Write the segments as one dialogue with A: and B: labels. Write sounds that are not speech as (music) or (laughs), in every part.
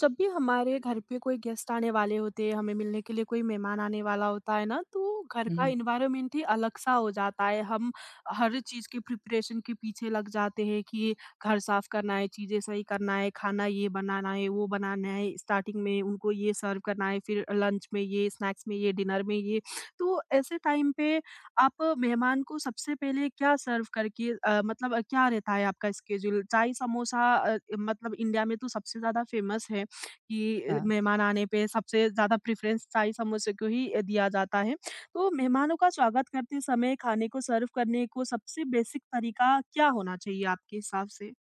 A: जब भी हमारे घर पे कोई गेस्ट आने वाले होते हैं, हमें मिलने के लिए कोई मेहमान आने वाला होता है ना, तो घर का
B: हुँ।
A: इन्वायरमेंट ही अलग सा हो जाता है। हम हर चीज़ के प्रिपरेशन के पीछे लग जाते हैं कि घर साफ करना है, चीज़ें सही करना है, खाना ये बनाना है, वो बनाना है, स्टार्टिंग में उनको ये सर्व करना है, फिर लंच में ये, स्नैक्स में ये, डिनर में ये। तो ऐसे टाइम पे आप मेहमान को सबसे पहले क्या सर्व करके मतलब क्या रहता है आपका स्केड्यूल? चाय समोसा मतलब इंडिया में तो सबसे ज़्यादा फेमस है। कि
B: हाँ,
A: मेहमान आने पे सबसे ज़्यादा प्रेफ़रेंस शाही समोसे को ही दिया जाता है। तो मेहमानों का स्वागत करते समय खाने को सर्व करने को सबसे बेसिक तरीका क्या होना चाहिए आपके हिसाब से?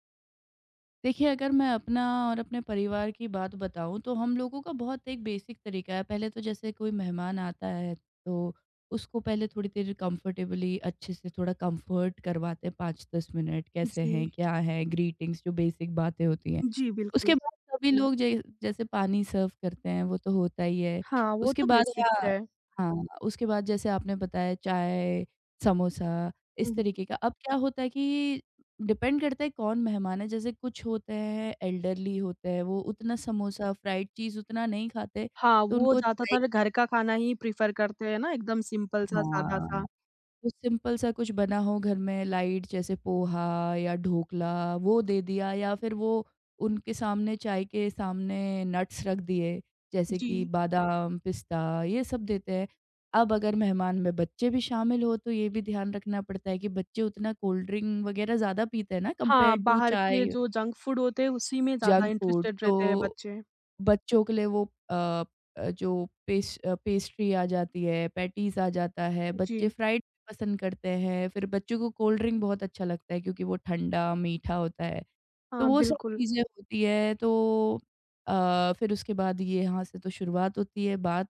B: देखिए अगर मैं अपना और अपने परिवार की बात बताऊँ तो हम लोगों का बहुत एक बेसिक तरीका है। पहले तो जैसे कोई मेहमान आता है तो उसको पहले थोड़ी देर कंफर्टेबली अच्छे से थोड़ा कंफर्ट करवाते हैं, 5-10 मिनट कैसे
A: जी।
B: हैं, क्या है, ग्रीटिंग्स जो बेसिक बातें होती हैं।
A: जी,
B: उसके
A: बिल्कुल।
B: बाद सभी लोग जै जैसे पानी सर्व करते हैं वो तो होता ही है।
A: हाँ, वो
B: उसके
A: तो
B: बाद
A: बेसिक
B: हाँ,
A: है।
B: हाँ, उसके बाद जैसे आपने बताया चाय, समोसा इस
A: हुँ, हुँ।
B: तरीके का। अब क्या होता है कि डिपेंड करता है कौन मेहमान है, जैसे कुछ होते हैं एल्डरली होते हैं वो उतना समोसा फ्राइड चीज़ उतना नहीं खाते,
A: हाँ,
B: तो
A: वो
B: उनको चाय,
A: ज़्यादातर घर का खाना ही प्रेफ़र करते हैं ना, एकदम सिंपल सा,
B: हाँ,
A: सादा-सा।
B: तो सिंपल सा कुछ बना हो घर में लाइट जैसे पोहा या ढोकला वो दे दिया, या फिर वो उनके सामने चाय के सामने नट्स रख दिए जैसे
A: जी।
B: कि बादाम पिस्ता ये सब देते हैं। अब अगर मेहमान में बच्चे भी शामिल हो तो ये भी ध्यान रखना पड़ता है कि बच्चे उतना कोल्ड ड्रिंक वगैरह ज़्यादा पीते हैं ना कंपेयर
A: हाँ,
B: टू
A: बाहर के
B: चाय
A: जो जंक फूड होते हैं, उसी में ज़्यादा
B: जंक फूड,
A: इंटरेस्टेड रहते हैं
B: तो
A: बच्चे।
B: बच्चों के लिए वो अ पेस्ट्री आ जाती है, पैटीज़ आ जाता है,
A: जी।
B: बच्चे फ्राइड पसंद करते हैं, फिर बच्चों को कोल्ड ड्रिंक बहुत अच्छा लगता है क्योंकि वो ठंडा, मीठा होता है। तो
A: हाँ,
B: वो सब
A: बिल्कुल।
B: चीज़ें होती है, तो फिर उसके बाद ये यहाँ से तो शुरुआत होती है, बात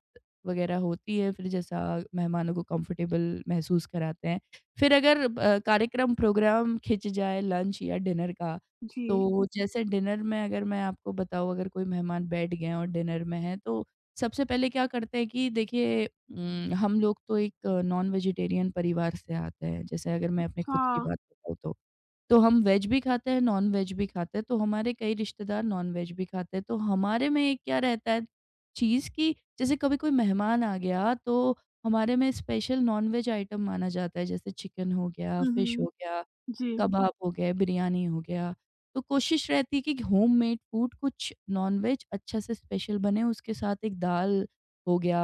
B: वग़ैरह होती है, फिर जैसा मेहमानों को कंफ़र्टेबल महसूस कराते हैं। फिर अगर कार्यक्रम प्रोग्राम खिंच जाए लंच या डिनर का,
A: जी।
B: तो जैसे डिनर में अगर मैं आपको बताऊँ अगर कोई मेहमान बैठ गए हैं और डिनर में हैं, तो सबसे पहले क्या करते हैं कि देखिए, हम लोग तो एक नॉन वेजिटेरियन परिवार से आते हैं, जैसे अगर मैं अपने खुद की
A: हाँ।
B: बात बताऊँ तो। तो हम वेज भी खाते हैं, नॉन-वेज भी खाते हैं, तो हमारे कई रिश्तेदार नॉन-वेज भी खाते हैं। तो हमारे में एक क्या रहता है चीज़ कि जैसे कभी कोई मेहमान आ गया, तो हमारे में स्पेशल नॉन-वेज आइटम माना जाता है, जैसे चिकन हो गया,
A: हुँ,
B: फिश हो
A: हुँ।
B: गया,
A: जी।
B: कबाब हो गए, बिरयानी हो गया। तो कोशिश रहती है कि होममेड फूड कुछ नॉन-वेज अच्छा से स्पेशल बने, उसके साथ एक दाल हो गया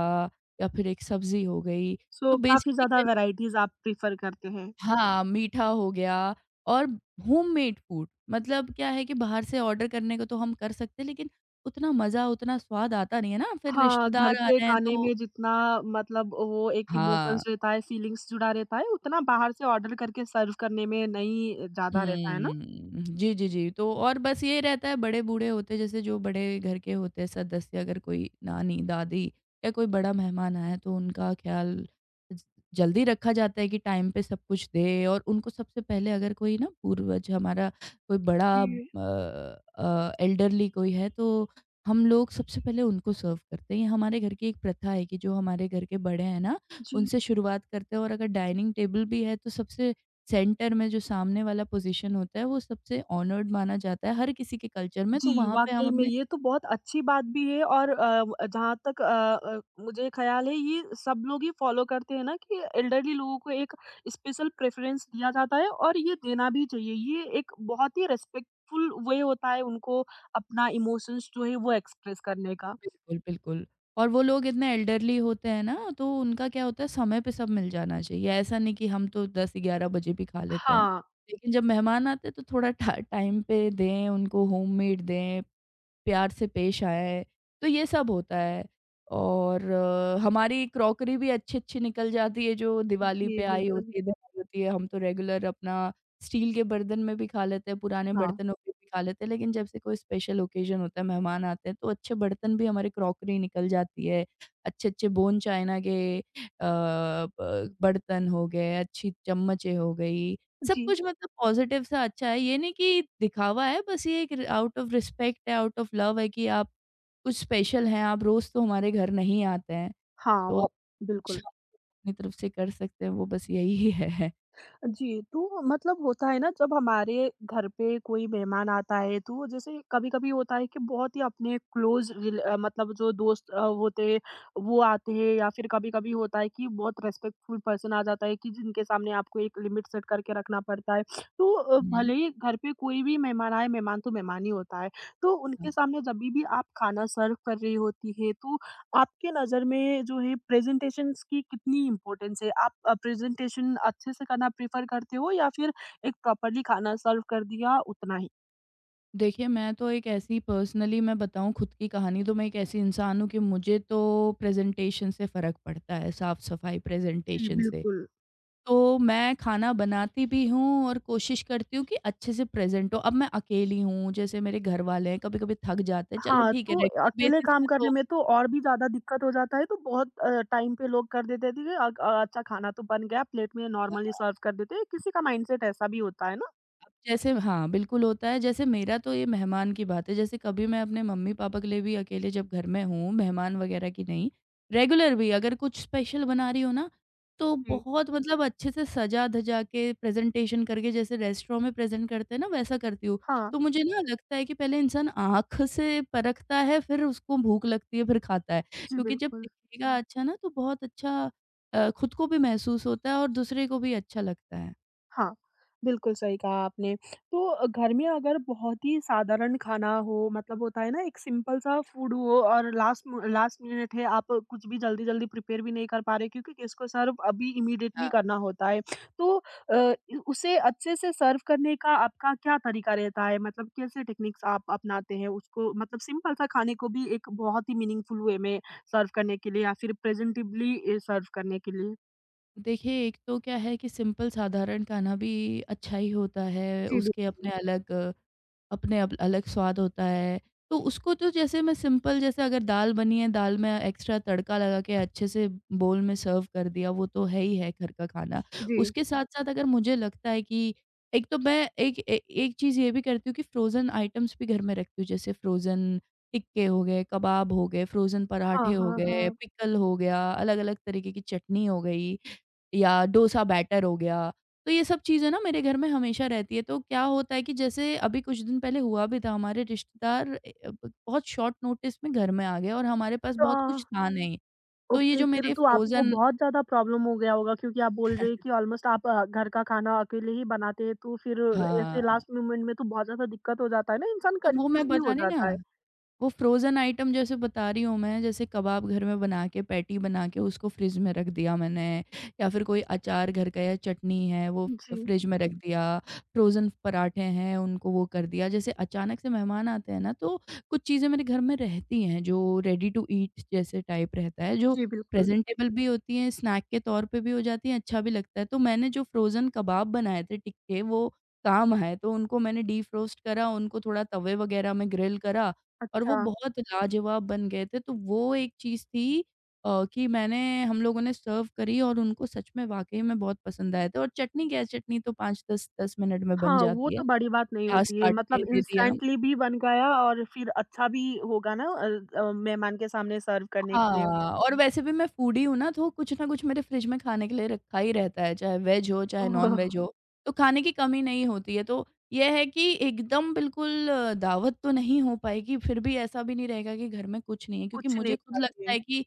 B: या फिर एक सब्ज़ी हो गई।
A: सो
B: तो
A: काफ़ी
B: बेसिकली
A: ज़्यादा वैराइटीज़ आप प्रेफ़र करते हैं।
B: हाँ, मीठा हो गया और होममेड फूड मतलब क्या है कि बाहर से ऑर्डर करने को तो हम कर सकते हैं लेकिन उतना मज़ा, उतना स्वाद आता नहीं है ना, फिर
A: हाँ, घर
B: रिश्तेदार आ
A: के
B: रहे हैं
A: खाने
B: तो
A: में जितना मतलब वो एक
B: हाँ।
A: इमोशंस रहता है, फीलिंग्स जुड़ा रहता है, उतना बाहर से ऑर्डर करके सर्व करने में नहीं ज़्यादा रहता है ना?
B: हुँ। जी, जी, जी। तो और बस ये रहता है बड़े बूढ़े होते जैसे जो बड़े घर के होते हैं सदस्य, अगर कोई नानी, दादी या कोई बड़ा मेहमान आया है तो उनका ख़्याल ज जल्दी रखा जाता है कि टाइम पे सब कुछ दें और उनको सबसे पहले, अगर कोई ना पूर्वज हमारा कोई बड़ा
A: जी,
B: एल्डरली कोई है तो हम लोग सबसे पहले उनको सर्व करते हैं। ये हमारे घर की एक प्रथा है कि जो हमारे घर के बड़े हैं ना,
A: जी।
B: उनसे शुरुआत करते हैं और अगर डाइनिंग टेबल भी है तो सबसे सेंटर में जो सामने वाला पोज़ीशन होता है, वो सबसे ऑनर्ड माना जाता है हर किसी के कल्चर में,
A: जी,
B: तो वहाँ पे हम
A: वाक़ई में
B: अपने
A: ये तो बहुत अच्छी बात भी है और जहाँ तक मुझे ख़्याल है ये सब लोग ही फ़ॉलो करते हैं ना कि एल्डरली लोगों को एक स्पेशल प्रेफ़रेंस दिया जाता है और ये देना भी चाहिए। ये एक बहुत ही रिस्पेक्टफुल वे होता है उनको अपना इमोशंस जो है वो एक्सप्रेस करने का।
B: बिल्कुल, बिल्कुल। और वो लोग इतने एल्डरली होते हैं ना, तो उनका क्या होता है समय पे सब मिल जाना चाहिए। ऐसा नहीं कि हम तो 10-11 बजे भी खा लेते हैं।
A: हाँ,
B: लेकिन जब मेहमान आते हैं तो थोड़ा टा टाइम पे दें, उनको होममेड दें। प्यार से पेश आएँ, तो ये सब होता है। और हमारी क्रॉकरी भी अच्छी-अच्छी निकल जाती है जो दिवाली
A: जी
B: पे आई
A: बिल्कुल।
B: होती है, दिवाली होती है, हम तो रेगुलर अपना स्टील के बर्तन में भी खा लेते हैं, पुराने
A: हाँ,
B: बर्तनों में भी खा लेते हैं, लेकिन जब से कोई स्पेशल ओकेज़न होता है, मेहमान आते हैं, तो अच्छे बर्तन भी हमारी क्रॉकरी निकल जाती है। अच्छे-अच्छे बोन चाइना के अ, ब बर्तन हो गए, अच्छी चम्मचें हो गई, सब
A: जी।
B: कुछ मतलब पॉजिटिव सा अच्छा है। ये नहीं कि दिखावा है, बस ये एक आउट ऑफ रिस्पेक्ट है, आउट ऑफ लव है कि आप कुछ स्पेशल हैं, आप रोज़ तो हमारे घर नहीं आते हैं,
A: हाँ,
B: तो आप
A: वो
B: कुछ
A: बिल्कुल।
B: अपनी तरफ से कर सकते हैं, वो बस यही (laughs) है।
A: जी, तो मतलब होता है ना जब हमारे घर पे कोई मेहमान आता है तो जैसे कभी-कभी होता है कि बहुत ही अपने मतलब जो दोस्त होते हैं वो आते हैं या फिर कभी-कभी होता है कि बहुत रिस्पेक्टफुल पर्सन आ जाता है कि जिनके सामने आपको एक लिमिट सेट करके रखना पड़ता है। तो
B: हुँ,
A: भले ही घर पे कोई भी मेहमान आए, मेहमान तो मेहमान ही होता है। तो
B: हुँ।
A: उनके सामने जभी भी आप खाना सर्व कर रही होती है तो आपके नज़र में जो है प्रेज़ेंटेशंस की कितनी इम्पोर्टेंस है? आप प्रेज़ेंटेशन अच्छे से करना प्रेफ़र करते हो या फिर एक प्रॉपर्ली खाना सर्व कर दिया उतना ही?
B: देखिए मैं तो एक ऐसी पर्सनली मैं बताऊँ खुद की कहानी तो मैं एक ऐसी इंसान हूँ कि मुझे तो प्रेज़ेंटेशन से फ़र्क पड़ता है, साफ-सफाई
A: जी,
B: प्रेज़ेंटेशन से।
A: बिल्कुल।
B: तो मैं खाना बनाती भी हूँ और कोशिश करती हूँ कि अच्छे से प्रेज़ेंट हो। अब मैं अकेली हूँ, जैसे मेरे घर वाले हैं, कभी-कभी थक जाते हैं, चलो
A: हाँ,
B: ठीक है
A: तो
B: रेगुलर
A: अकेले
B: बेसिस में
A: काम करने
B: तो
A: में तो और भी ज़्यादा दिक्कत हो जाता है तो बहुत टाइम पे लोग कर देते थे कि अच्छा खाना तो बन गया प्लेट में नॉर्मली सर्व कर देते हैं, किसी का माइंडसेट ऐसा भी होता है ना?
B: अब जैसे हाँ, बिल्कुल होता है। जैसे मेरा तो ये मेहमान की बात है, जैसे कभी मैं अपने मम्मी-पापा के लिए भी अकेले जब घर में हूँ, मेहमान वगैरह की नहीं, रेगुलर भी अगर कुछ स्पेशल बना रही हूँ ना, तो
A: जी।
B: बहुत मतलब अच्छे से सजा-धजा के प्रेज़ेंटेशन करके जैसे रेस्टोरेंट में प्रेज़ेंट करते हैं ना, वैसा करती हूँ।
A: हाँ,
B: तो मुझे ना लगता है कि पहले इंसान आँख से परखता है, फिर उसको भूख लगती है, फिर खाता है।
A: जी
B: क्योंकि जब
A: बिल्कुल।
B: दिखेगा अच्छा ना, तो बहुत अच्छा खुद को भी महसूस होता है और दूसरे को भी अच्छा लगता है।
A: हाँ, बिल्कुल सही कहा आपने। तो घर में अगर बहुत ही साधारण खाना हो मतलब होता है ना एक सिंपल-सा फूड हो और लास्ट मिनट है, आप कुछ भी जल्दी-जल्दी प्रिपेयर भी नहीं कर पा रहे क्योंकि इसको सर्व अभी इमीडिएटली करना होता है। तो अ, इ उसे अच्छे से सर्व करने का आपका क्या तरीका रहता है? मतलब कैसे टेक्निक्स आप अपनाते हैं उसको मतलब सिंपल-सा खाने को भी एक बहुत ही मीनिंगफुल वे में सर्व करने के लिए या फिर प्रेजेंटेबली ए सर्व करने के लिए?
B: देखिए, एक तो क्या है कि सिंपल साधारण खाना भी अच्छा ही होता है,
A: जी,
B: उसके
A: बिल्कुल।
B: अपने अलग अपने अप अलग स्वाद होता है। तो उसको तो जैसे मैं सिंपल जैसे अगर दाल बनी है, दाल में एक्स्ट्रा तड़का लगा के अच्छे से बोल में सर्व कर दिया, वो तो है ही है घर का खाना।
A: जी।
B: उसके साथ-साथ अगर मुझे लगता है कि एक तो मैं एक ए एक चीज़ ये भी करती हूँ कि फ्रोज़न आइटम्स भी घर में रखती हूँ, जैसे फ्रोज़न टिक्के हो गए, कबाब हो गए, फ्रोज़न
A: हाँ,
B: पराठे हो
A: हाँ,
B: गए,
A: हाँ।
B: पिकल हो गया, अलग-अलग तरीके की चटनी हो गई या डोसा बैटर हो गया। तो ये सब चीज़ें ना मेरे घर में हमेशा रहती है, तो क्या होता है कि जैसे अभी कुछ दिन पहले हुआ भी था हमारे रिश्तेदार ए, ब बहुत शॉर्ट नोटिस में घर में आ गए और हमारे पास
A: अ,
B: बहुत कुछ था नहीं। तो ये
A: ओके
B: जो
A: फिर
B: मेरे
A: तो आपको
B: फ्रोज़न
A: बहुत ज़्यादा प्रॉब्लम हो गया होगा क्योंकि आप बोल रहे हैं कि ऑलमोस्ट आप घर का खाना अकेले ही बनाते हैं तो फिर
B: हाँ,
A: ऐसे लास्ट मोमेंट में तो बहुत ज़्यादा दिक्कत हो जाता है ना इंसान
B: तो वो
A: कंफ्यूज़
B: मैं
A: भी हो
B: बताने ना,
A: जाता है।
B: वो फ्रोज़न आइटम जैसे बता रही हूँ मैं, जैसे कबाब घर में बना के, पैटी बना के उसको फ्रिज में रख दिया मैंने, या फिर कोई अचार घर का या चटनी है, वो
A: जी,
B: फ्रिज में रख हुँ। दिया, फ्रोज़न पराठे हैं, उनको वो कर दिया। जैसे अचानक से मेहमान आते हैं ना, तो कुछ चीज़ें मेरे घर में रहती हैं, जो रेडी टू ईट जैसे टाइप रहता है, जो
A: जी बिल्कुल।
B: प्रेज़ेंटेबल भी होती हैं, स्नैक के तौर पे भी हो जाती हैं, अच्छा भी लगता है। तो मैंने जो फ्रोज़न कबाब बनाए थे टिक्के, वो काम आए, तो उनको मैंने डीफ्रोस्ट करा, उनको थोड़ा तवे वगैरह में ग्रिल करा और वो
A: अच्छा,
B: बहुत लाजवाब बन गए थे। तो वो एक चीज़ थी कि मैंने हम लोगों ने सर्व करी और उनको सच में वाक़ई में बहुत पसंद आए थे और चटनी क्या है, चटनी तो 5-10 10 मिनट में बन
A: हाँ, वो
B: जाती है।
A: तो बड़ी बात नहीं
B: प्याज़
A: होती है
B: काट के
A: मतलब
B: दे दिया।
A: इंस्टेंटली भी बन गया और फिर अच्छा भी होगा ना, मेहमान के सामने सर्व करने के लिए।
B: हाँ, और वैसे भी मैं फूडी हूँ ना तो कुछ ना कुछ मेरे फ्रिज में खाने के लिए रखा ही रहता है, चाहे वेज हो, चाहे
A: ओह,
B: नॉन-वेज हो, तो खाने की कमी नहीं होती है। तो ये है कि एकदम बिल्कुल दावत तो नहीं हो पाएगी, फिर भी ऐसा भी नहीं रहेगा कि घर में कुछ नहीं है क्योंकि
A: कुछ
B: मुझे
A: नहीं
B: खुद लगता
A: खाते।
B: है कि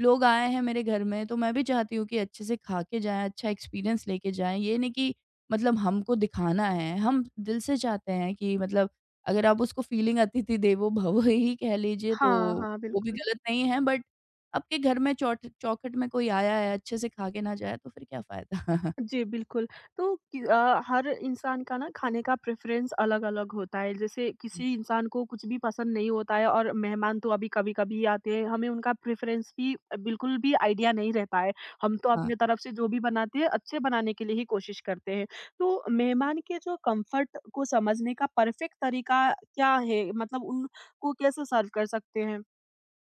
B: लोग आए हैं मेरे घर में तो मैं भी चाहती हूँ कि अच्छे से खा के जाएँ, अच्छा एक्सपीरियंस लेके जाएँ। ये नहीं कि मतलब हमको दिखाना है, हम दिल से चाहते हैं कि मतलब अगर आप उसको फीलिंग अतिथि देवो भव ही कह लीजिए
A: हाँ,
B: तो
A: हाँ,
B: वो भी
A: बिल्कुल।
B: गलत नहीं है बट आपके घर में चौट चौखट में कोई आया है, अच्छे से खा के ना जाए तो फिर क्या फ़ायदा? हुँ।
A: जी, बिल्कुल। तो कि हर इंसान का ना खाने का प्रेफ़रेंस अलग-अलग होता है। जैसे किसी
B: (laughs)
A: इंसान को कुछ भी पसंद नहीं होता है और मेहमान तो अभी कभी-कभी ही आते हैं, हमें उनका प्रेफ़रेंस भी बिल्कुल भी आइडिया नहीं रहता है। हम तो
B: हाँ,
A: अपनी तरफ से जो भी बनाते हैं, अच्छे बनाने के लिए ही कोशिश करते हैं। तो मेहमान के जो कम्फ़र्ट को समझने का परफ़ेक्ट तरीका क्या है? मतलब उनको कैसे सर्व कर सकते हैं?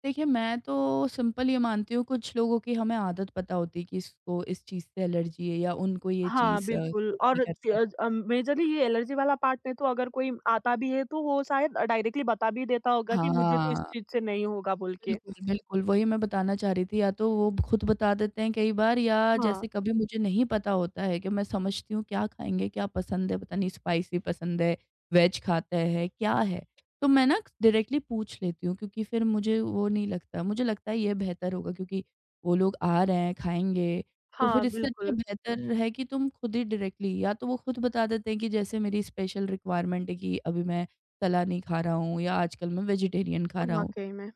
B: देखिए मैं तो सिंपल ये मानती हूँ कुछ लोगों की हमें आदत पता होती है कि इसको इस चीज़ से एलर्जी है या उनको ये
A: हाँ,
B: चीज़
A: बिल्कुल
B: सूट नहीं
A: और
B: करता।
A: मेजरली ये एलर्जी वाला पार्ट में तो अगर कोई आता भी है तो वो शायद डायरेक्टली बता भी देता होगा कि मुझे तो इस
B: हाँ।
A: चीज़ से नहीं होगा बोल के।
B: बिल्कुल, बिल्कुल, वही मैं बताना चाह रही थी या तो वो खुद बता देते हैं कई बार, या
A: हाँ,
B: जैसे कभी मुझे नहीं पता होता है कि मैं समझती हूँ क्या खाएँगे, क्या पसंद है, पता नहीं स्पाइसी पसंद है, वेज खाते हैं, क्या है? तो मैं ना डायरेक्टली पूछ लेती हूँ, क्योंकि फिर मुझे वो नहीं लगता, मुझे लगता है ये बेहतर होगा, क्योंकि वो लोग आ रहे हैं, खाएँगे, तो फिर
A: हाँ,
B: इससे अच्छा
A: बिल्कुल
B: बेहतर है कि तुम खुद ही डायरेक्टली, या तो वो खुद बता देते हैं कि जैसे मेरी स्पेशल रिक्वायरमेंट है कि अभी मैं तला नहीं खा रहा हूँ या आजकल मैं वेजिटेरियन खा रहा हूँ।
A: वाक़ई में।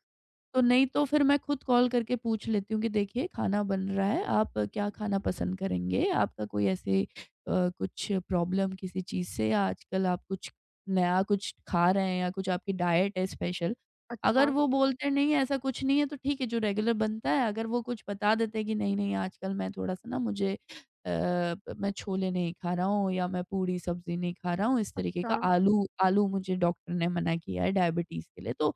B: तो नहीं तो फिर मैं खुद कॉल करके पूछ लेती हूँ कि देखिए, खाना बन रहा है, आप क्या खाना पसंद करेंगे? आपका कोई ऐसे कुछ प्रॉब्लम किसी चीज़ से, या आजकल आप कुछ नया कुछ खा रहे हैं, या कुछ आपकी डाइट है स्पेशल? अगर
A: अच्छा,
B: वो बोलते हैं नहीं ऐसा कुछ नहीं है, तो ठीक है जो रेगुलर बनता है। अगर वो कुछ बता देते हैं कि नहीं, नहीं आजकल मैं थोड़ा-सा, ना मुझे मैं छोले नहीं खा रहा हूँ, या मैं पूड़ी सब्ज़ी नहीं खा रहा हूँ, इस तरीके का,
A: अच्छा।
B: आलू आलू मुझे डॉक्टर ने मना किया है डायबिटीज़ के लिए, तो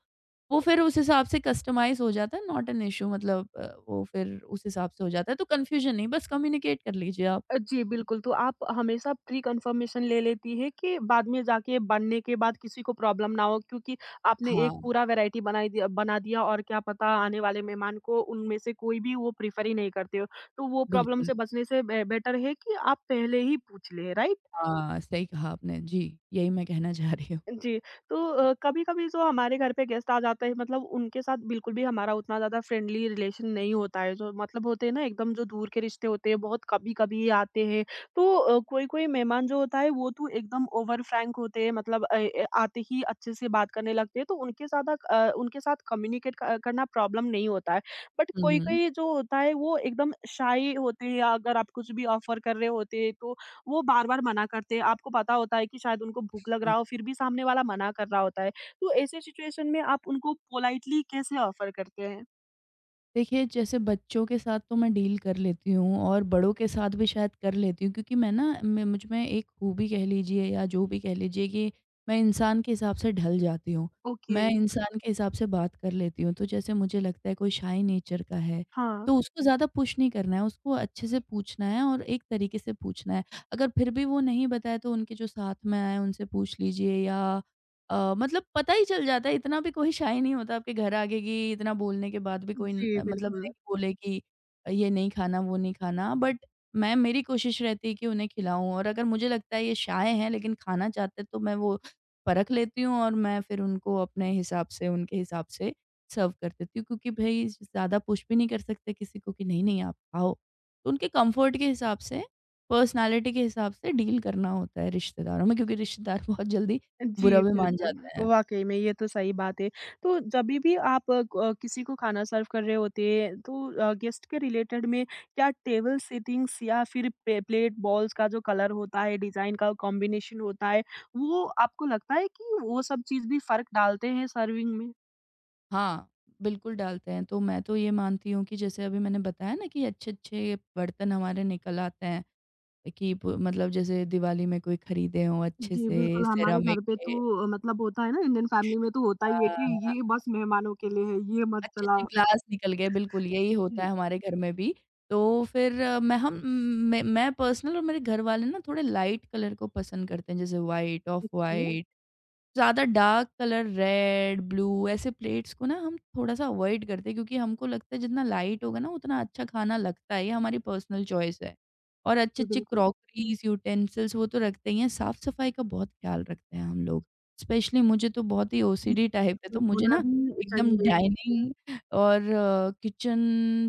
B: वो फिर उस हिसाब से कस्टमाइज़ हो जाता है, नॉट एन इश्यू। मतलब वो फिर उस हिसाब से हो जाता है, तो कन्फ्यूजन नहीं, बस कम्युनिकेट कर लीजिए आप।
A: जी, बिल्कुल, तो आप हमेशा प्री कन्फर्मेशन ले लेती हैं कि बाद में जाके बनने के बाद किसी को प्रॉब्लम ना हो क्योंकि आपने एक
B: हाँ,
A: पूरा वैरायटी बनाई दिया बना दिया और क्या पता आने वाले मेहमान को उनमें से कोई भी वो प्रेफ़र ही नहीं करते हो। तो वो प्रॉब्लम
B: बिल्कुल।
A: से बचने से बे बेटर है कि आप पहले ही पूछ लें, राइट?
B: हाँ, सही कहा आपने। जी, यही मैं कहना चाह रही हूँ।
A: जी, तो कभी-कभी जो हमारे घर पे गेस्ट आ जाते हैं मतलब उनके साथ बिल्कुल भी हमारा उतना ज़्यादा फ्रेंडली रिलेशन नहीं होता है, जो मतलब होते हैं ना एकदम जो दूर के रिश्ते होते हैं बहुत कभी-कभी आते हैं। तो कोई-कोई मेहमान जो होता है वो तो एकदम ओवर फ्रैंक होते हैं मतलब आते ही अच्छे से बात करने लगते हैं तो उनके साथ उनके साथ कम्युनिकेट क करना प्रॉब्लम नहीं होता है। बट
B: हुँ, हुँ।
A: कोई-कोई जो होता है वो एकदम शाय होते हैं या अगर आप कुछ भी ऑफ़र कर रहे होते हैं तो वो बार-बार मना करते हैं। आपको पता होता है कि शायद उनको भूख लग रहा हो, फिर भी सामने वाला मना कर रहा होता है। तो ऐसे सिचुएशन में आप उनको पोलाइटली कैसे ऑफ़र करते हैं?
B: देखिए, जैसे बच्चों के साथ तो मैं डील कर लेती हूँ, और बड़ों के साथ भी शायद कर लेती हूँ, क्योंकि मैं मुझ में एक खूबी कह लीजिए, या जो भी कह लीजिए कि मैं इंसान के हिसाब से ढल जाती हूँ।
A: ओके।
B: मैं इंसान के हिसाब से बात कर लेती हूँ, तो जैसे मुझे लगता है कोई शाय नेचर का है,
A: हाँ।
B: तो उसको ज़्यादा पुश नहीं करना है, उसको अच्छे से पूछना है, और एक तरीके से पूछना है। अगर फिर भी वो नहीं बताए, तो उनके जो साथ में आए, उनसे पूछ लीजिए, या मतलब पता ही चल जाता है, इतना भी कोई शाय नहीं होता आपके घर आगे कि इतना बोलने के बाद भी कोई न
A: जी,
B: मतलब
A: बिल्कुल।
B: नहीं बोले कि ये नहीं खाना, वो नहीं खाना। बट मैं मेरी कोशिश रहती है कि उन्हें खिलाऊँ, और अगर मुझे लगता है ये शाय हैं लेकिन खाना चाहते हैं, तो मैं वो परख लेती हूँ, और मैं फिर उनको अपने हिसाब से, उनके हिसाब से सर्व कर देती हूँ। क्योंकि भई ज़्यादा पुश भी नहीं कर सकते किसी को कि नहीं-नहीं आप खाओ। तो उनके कम्फर्ट के हिसाब से, पर्सनैलिटी के हिसाब से डील करना होता है रिश्तेदारों में, क्योंकि रिश्तेदार (laughs) बहुत जल्दी बुरा
A: जी,
B: भी मान जाते
A: बिल्कुल।
B: हैं।
A: वाक़ई में ये तो सही बात है। तो जभी भी आप किसी को खाना सर्व कर रहे होते हैं, तो गेस्ट के रिलेटेड में क्या टेबल सेटिंग्स या फिर पे प्लेट बॉल्स का जो कलर होता है, डिज़ाइन का कॉम्बिनेशन होता है, वो आपको लगता है कि वो सब चीज़ भी फ़र्क डालते हैं सर्विंग में?
B: हाँ, बिल्कुल डालते हैं। तो मैं तो ये मानती हूँ कि जैसे अभी मैंने बताया ना कि अच्छे-अच्छे बर्तन हमारे निकल आते हैं, कि प मतलब जैसे दिवाली में कोई खरीदे हों अच्छे
A: जी,
B: से,
A: बिल्कुल, हमारे
B: सेरामिक
A: घर पे
B: के
A: तो मतलब होता है ना इंडियन फैमिली में तो होता ही है कि ये बस मेहमानों के लिए है, ये मत चला
B: अच्छे-अच्छे ग्लास निकल गए, बिल्कुल, यही होता है
A: जी,
B: हमारे घर में भी। तो फिर मैं हम मैं पर्सनल, और मेरे घर वाले ना थोड़े लाइट कलर को पसंद करते हैं, जैसे व्हाइट, ऑफ
A: रखिए।
B: व्हाइट। ज़्यादा डार्क कलर, रेड, ब्लू ऐसे प्लेट्स को ना हम थोड़ा-सा अवॉइड करते हैं, क्योंकि हमको लगता है जितना लाइट होगा ना उतना अच्छा खाना लगता है, ये हमारी पर्सनल चॉइस है। और
A: जी,
B: अच्छी-अच्छी
A: बिल्कुल।
B: क्रॉकरीज़, यूटेंसिल्स वो तो रखते ही हैं, साफ-सफाई का बहुत ख्याल रखते हैं हम लोग। स्पेशली मुझे तो बहुत ही ओसीडी टाइप है, तो
A: बिल्कुल,
B: मुझे
A: होना
B: ना
A: भी
B: एकदम
A: चाहिए।
B: डाइनिंग और किचन,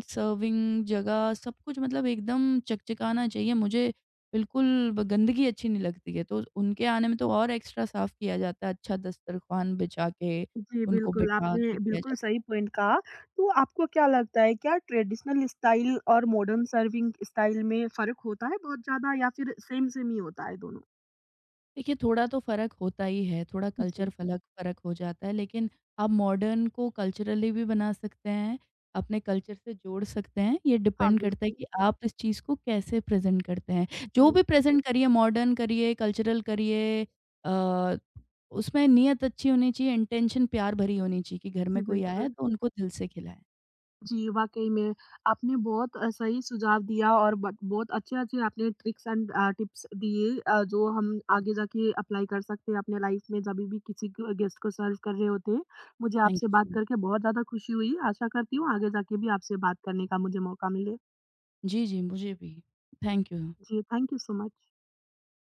B: सर्विंग जगह, सब कुछ मतलब एकदम चकचकाना चाहिए। मुझे बिल्कुल ब गंदगी अच्छी नहीं लगती है, तो उनके आने में तो और एक्स्ट्रा साफ़ किया जाता है, अच्छा दस्तरख़्वान बिछा के,
A: जी,
B: उनको
A: बिल्कुल,
B: बिठा
A: आपने
B: के किया
A: बिल्कुल
B: जाता है।
A: सही पॉइंट कहा। तो आपको क्या लगता है क्या ट्रेडिशनल स्टाइल और मॉडर्न सर्विंग स्टाइल में फ़र्क होता है बहुत ज़्यादा या फिर सेम-सेम ही होता है दोनों?
B: देखिए, थोड़ा तो फ़र्क होता ही है, थोड़ा कल्चर
A: जी।
B: फ़लक फ़र्क हो जाता है, लेकिन आप मॉडर्न को कल्चरली भी बना सकते हैं, अपने कल्चर से जोड़ सकते हैं। ये
A: हाँ,
B: डिपेंड करता है
A: बिल्कुल।
B: कि आप इस चीज़ को कैसे प्रेज़ेंट करते हैं। जो
A: जी,
B: भी प्रेज़ेंट करिए, मॉडर्न करिए, कल्चरल करिए, अ, उसमें नियत अच्छी होनी चाहिए, इंटेंशन प्यार भरी होनी चाहिए, कि घर
A: जी,
B: में कोई आया है,
A: बिल्कुल।
B: तो उनको दिल से खिलाएँ।
A: जी, वाक़ई में आपने बहुत सही सुझाव दिया और बत बहुत अच्छे-अच्छे आपने ट्रिक्स एंड टिप्स दिए जो हम आगे जाके अप्लाई कर सकते हैं अपने लाइफ़ में जभी भी किसी ग गेस्ट को सर्व कर रहे होते हैं। मुझे
B: Thank
A: आपसे
B: you so
A: बात
B: much.
A: करके बहुत ज़्यादा खुशी हुई। आशा करती हूँ आगे जाके भी आपसे बात करने का मुझे मौका मिले।
B: G G, me too. Thank you.
A: जी, थैंक यू सो मच।